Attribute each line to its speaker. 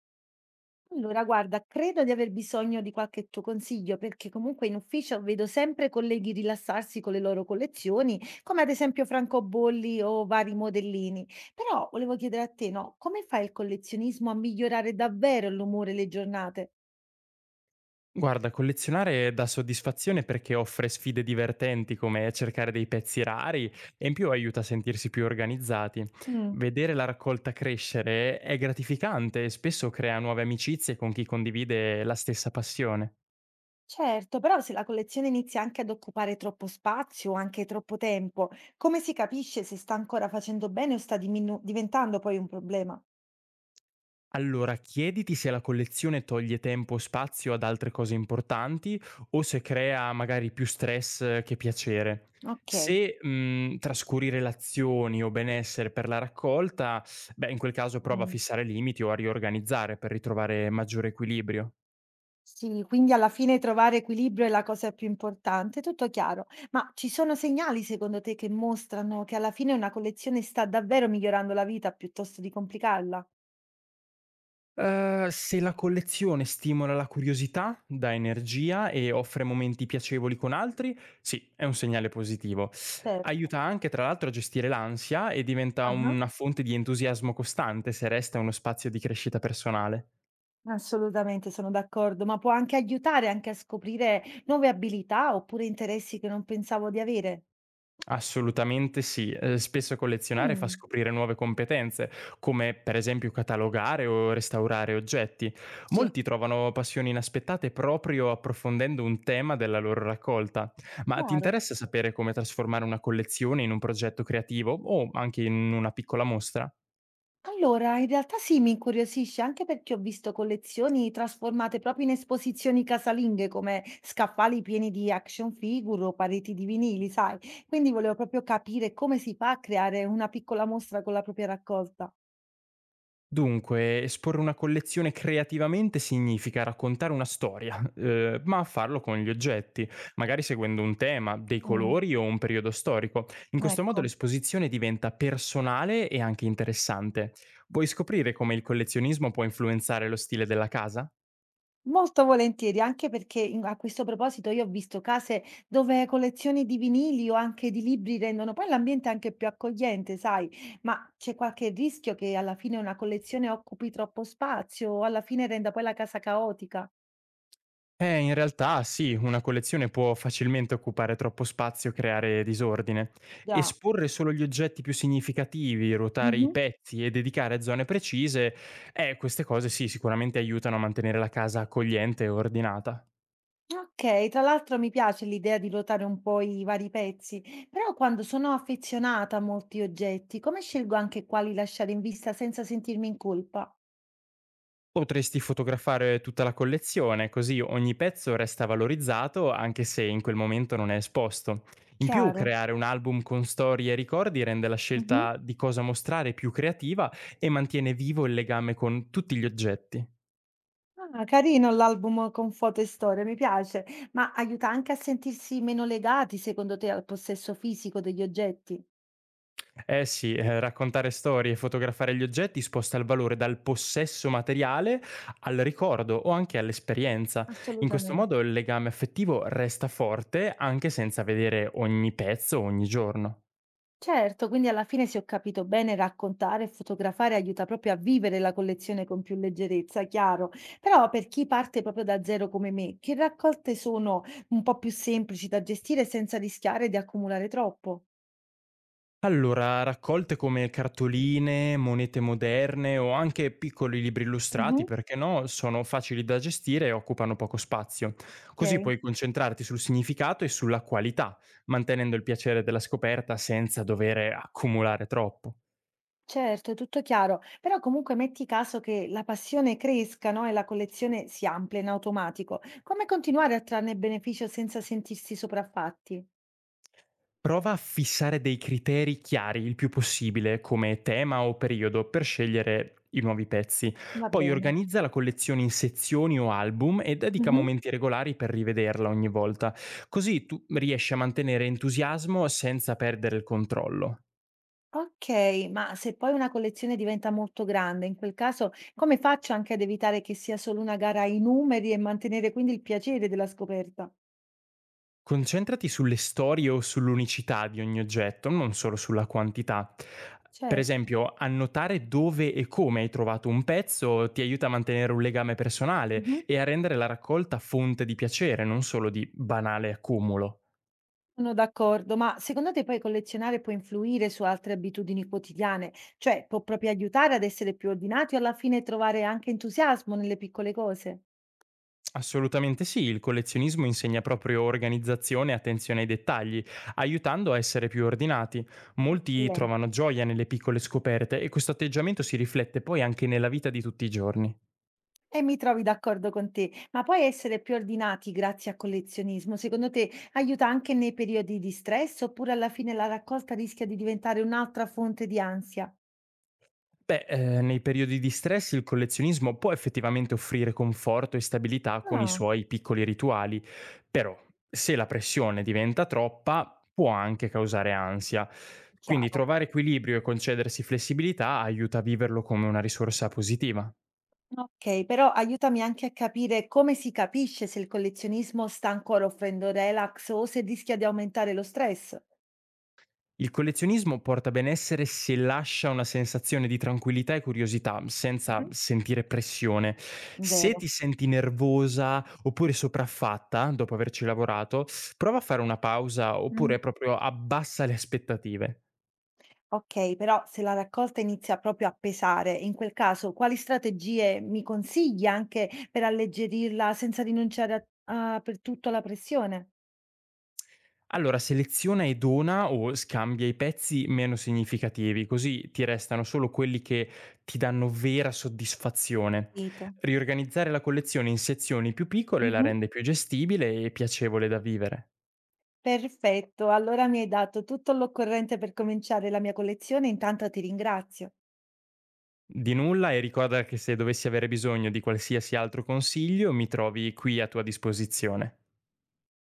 Speaker 1: Allora, guarda, credo di aver bisogno di qualche tuo consiglio perché comunque in ufficio vedo sempre colleghi rilassarsi con le loro collezioni, come ad esempio francobolli o vari modellini. Però volevo chiedere a te, no, come fa il collezionismo a migliorare davvero l'umore e le giornate?
Speaker 2: Guarda, collezionare dà soddisfazione perché offre sfide divertenti come cercare dei pezzi rari e in più aiuta a sentirsi più organizzati.
Speaker 1: Mm,
Speaker 2: Vedere la raccolta crescere è gratificante e spesso crea nuove amicizie con chi condivide la stessa passione.
Speaker 1: certo, però se la collezione inizia anche ad occupare troppo spazio o anche troppo tempo, come si capisce se sta ancora facendo bene o sta diventando poi un problema?
Speaker 2: Allora, chiediti se la collezione toglie tempo o spazio ad altre cose importanti o se crea magari più stress che piacere.
Speaker 1: Ok.
Speaker 2: Se trascuri relazioni o benessere per la raccolta, beh, in quel caso prova a
Speaker 1: Mm.
Speaker 2: fissare limiti o a riorganizzare per ritrovare maggiore equilibrio.
Speaker 1: Sì, quindi alla fine trovare equilibrio è la cosa più importante, tutto chiaro. Ma ci sono segnali secondo te che mostrano che alla fine una collezione sta davvero migliorando la vita piuttosto di complicarla?
Speaker 2: Se la collezione stimola la curiosità, dà energia e offre momenti piacevoli con altri, sì, è un segnale positivo.
Speaker 1: Certo.
Speaker 2: Aiuta anche tra l'altro a gestire l'ansia e diventa
Speaker 1: Ah,
Speaker 2: una fonte di entusiasmo costante se resta uno spazio di crescita personale.
Speaker 1: assolutamente, sono d'accordo, ma può anche aiutare anche a scoprire nuove abilità oppure interessi che non pensavo di avere.
Speaker 2: Assolutamente sì. Spesso collezionare fa
Speaker 1: Mm,
Speaker 2: scoprire nuove competenze, come per esempio catalogare o restaurare oggetti.
Speaker 1: sì,
Speaker 2: Molti trovano passioni inaspettate proprio approfondendo un tema della loro raccolta. Ma ti
Speaker 1: chiaro.
Speaker 2: interessa sapere come trasformare una collezione in un progetto creativo o anche in una piccola mostra?
Speaker 1: Allora, in realtà sì, mi incuriosisce anche perché ho visto collezioni trasformate proprio in esposizioni casalinghe come scaffali pieni di action figure o pareti di vinili, sai? Quindi volevo proprio capire come si fa a creare una piccola mostra con la propria raccolta.
Speaker 2: Dunque, esporre una collezione creativamente significa raccontare una storia, ma farlo con gli oggetti, magari seguendo un tema, dei
Speaker 1: Mm,
Speaker 2: colori o un periodo storico. In questo modo
Speaker 1: ecco.
Speaker 2: l'esposizione diventa personale e anche interessante. Vuoi scoprire come il collezionismo può influenzare lo stile della casa?
Speaker 1: Molto volentieri, anche perché a questo proposito io ho visto case dove collezioni di vinili o anche di libri rendono poi l'ambiente anche più accogliente, sai, ma c'è qualche rischio che alla fine una collezione occupi troppo spazio o alla fine renda poi la casa caotica?
Speaker 2: In realtà sì, una collezione può facilmente occupare troppo spazio e creare disordine.
Speaker 1: Già.
Speaker 2: Esporre solo gli oggetti più significativi, ruotare i
Speaker 1: Mhm.
Speaker 2: pezzi e dedicare zone precise, queste cose sì, sicuramente aiutano a mantenere la casa accogliente e ordinata.
Speaker 1: Ok, tra l'altro mi piace l'idea di ruotare un po' i vari pezzi, però quando sono affezionata a molti oggetti, come scelgo anche quali lasciare in vista senza sentirmi in colpa?
Speaker 2: Potresti fotografare tutta la collezione, così ogni pezzo resta valorizzato anche se in quel momento non è esposto. In più,
Speaker 1: Chiaro.
Speaker 2: creare un album con storie e ricordi rende la scelta di cosa mostrare più creativa e mantiene vivo il legame con tutti gli oggetti.
Speaker 1: Ah, carino l'album con foto e storie, mi piace, ma aiuta anche a sentirsi meno legati, secondo te, al possesso fisico degli oggetti?
Speaker 2: Eh sì, raccontare storie e fotografare gli oggetti sposta il valore dal possesso materiale al ricordo o anche all'esperienza. In questo
Speaker 1: Assolutamente.
Speaker 2: modo il legame affettivo resta forte anche senza vedere ogni pezzo ogni giorno.
Speaker 1: Certo, quindi alla fine, se ho capito bene, raccontare e fotografare aiuta proprio a vivere la collezione con più leggerezza, chiaro. Però per chi parte proprio da zero come me, che raccolte sono un po' più semplici da gestire senza rischiare di accumulare troppo?
Speaker 2: Allora, raccolte come cartoline, monete moderne o anche piccoli libri illustrati,
Speaker 1: Mhm.
Speaker 2: perché no, sono facili da gestire e occupano poco spazio. Così
Speaker 1: Ok.
Speaker 2: puoi concentrarti sul significato e sulla qualità, mantenendo il piacere della scoperta senza dover accumulare troppo.
Speaker 1: Certo, tutto chiaro, però comunque metti caso che la passione cresca, no? E la collezione si amplia in automatico. Come continuare a trarne beneficio senza sentirsi sopraffatti?
Speaker 2: Prova a fissare dei criteri chiari il più possibile, come tema o periodo, per scegliere i nuovi pezzi.
Speaker 1: Va
Speaker 2: Poi
Speaker 1: bene.
Speaker 2: organizza la collezione in sezioni o album e dedica
Speaker 1: Mhm.
Speaker 2: momenti regolari per rivederla ogni volta. Così tu riesci a mantenere entusiasmo senza perdere il controllo.
Speaker 1: Ok, ma se poi una collezione diventa molto grande, in quel caso come faccio anche ad evitare che sia solo una gara ai numeri e mantenere quindi il piacere della scoperta?
Speaker 2: Concentrati sulle storie o sull'unicità di ogni oggetto, non solo sulla quantità. Per
Speaker 1: Certo.
Speaker 2: esempio, annotare dove e come hai trovato un pezzo ti aiuta a mantenere un legame personale
Speaker 1: Mhm.
Speaker 2: e a rendere la raccolta fonte di piacere, non solo di banale accumulo.
Speaker 1: Sono d'accordo, ma secondo te poi collezionare può influire su altre abitudini quotidiane? Cioè, può proprio aiutare ad essere più ordinati o alla fine trovare anche entusiasmo nelle piccole cose?
Speaker 2: Assolutamente sì, il collezionismo insegna proprio organizzazione e attenzione ai dettagli, aiutando a essere più ordinati. Molti
Speaker 1: Eccellente.
Speaker 2: trovano gioia nelle piccole scoperte e questo atteggiamento si riflette poi anche nella vita di tutti i giorni.
Speaker 1: E mi trovi d'accordo con te, ma poi essere più ordinati grazie al collezionismo, secondo te aiuta anche nei periodi di stress oppure alla fine la raccolta rischia di diventare un'altra fonte di ansia?
Speaker 2: Beh, nei periodi di stress il collezionismo può effettivamente offrire conforto e stabilità con i
Speaker 1: Ah,
Speaker 2: suoi piccoli rituali, però se la pressione diventa troppa può anche causare ansia. Quindi
Speaker 1: chiaro.
Speaker 2: trovare equilibrio e concedersi flessibilità aiuta a viverlo come una risorsa positiva.
Speaker 1: Okay, però aiutami anche a capire come si capisce se il collezionismo sta ancora offrendo relax o se rischia di aumentare lo stress.
Speaker 2: Il collezionismo porta benessere se lascia una sensazione di tranquillità e curiosità, senza
Speaker 1: Mh-mh.
Speaker 2: sentire pressione. Se
Speaker 1: Vero.
Speaker 2: ti senti nervosa oppure sopraffatta dopo averci lavorato, prova a fare una pausa
Speaker 1: Mh.
Speaker 2: oppure proprio abbassa le aspettative.
Speaker 1: Okay, però se la raccolta inizia proprio a pesare, in quel caso quali strategie mi consigli anche per alleggerirla senza rinunciare a per tutto alla pressione?
Speaker 2: Allora, seleziona e dona o scambia i pezzi meno significativi, così ti restano solo quelli che ti danno vera soddisfazione.
Speaker 1: Capito.
Speaker 2: Riorganizzare la collezione in sezioni più piccole la
Speaker 1: Mh-mh.
Speaker 2: rende più gestibile e piacevole da vivere.
Speaker 1: Perfetto, allora mi hai dato tutto l'occorrente per cominciare la mia collezione, intanto ti ringrazio.
Speaker 2: Di nulla e ricorda che se dovessi avere bisogno di qualsiasi altro consiglio mi trovi qui a tua disposizione.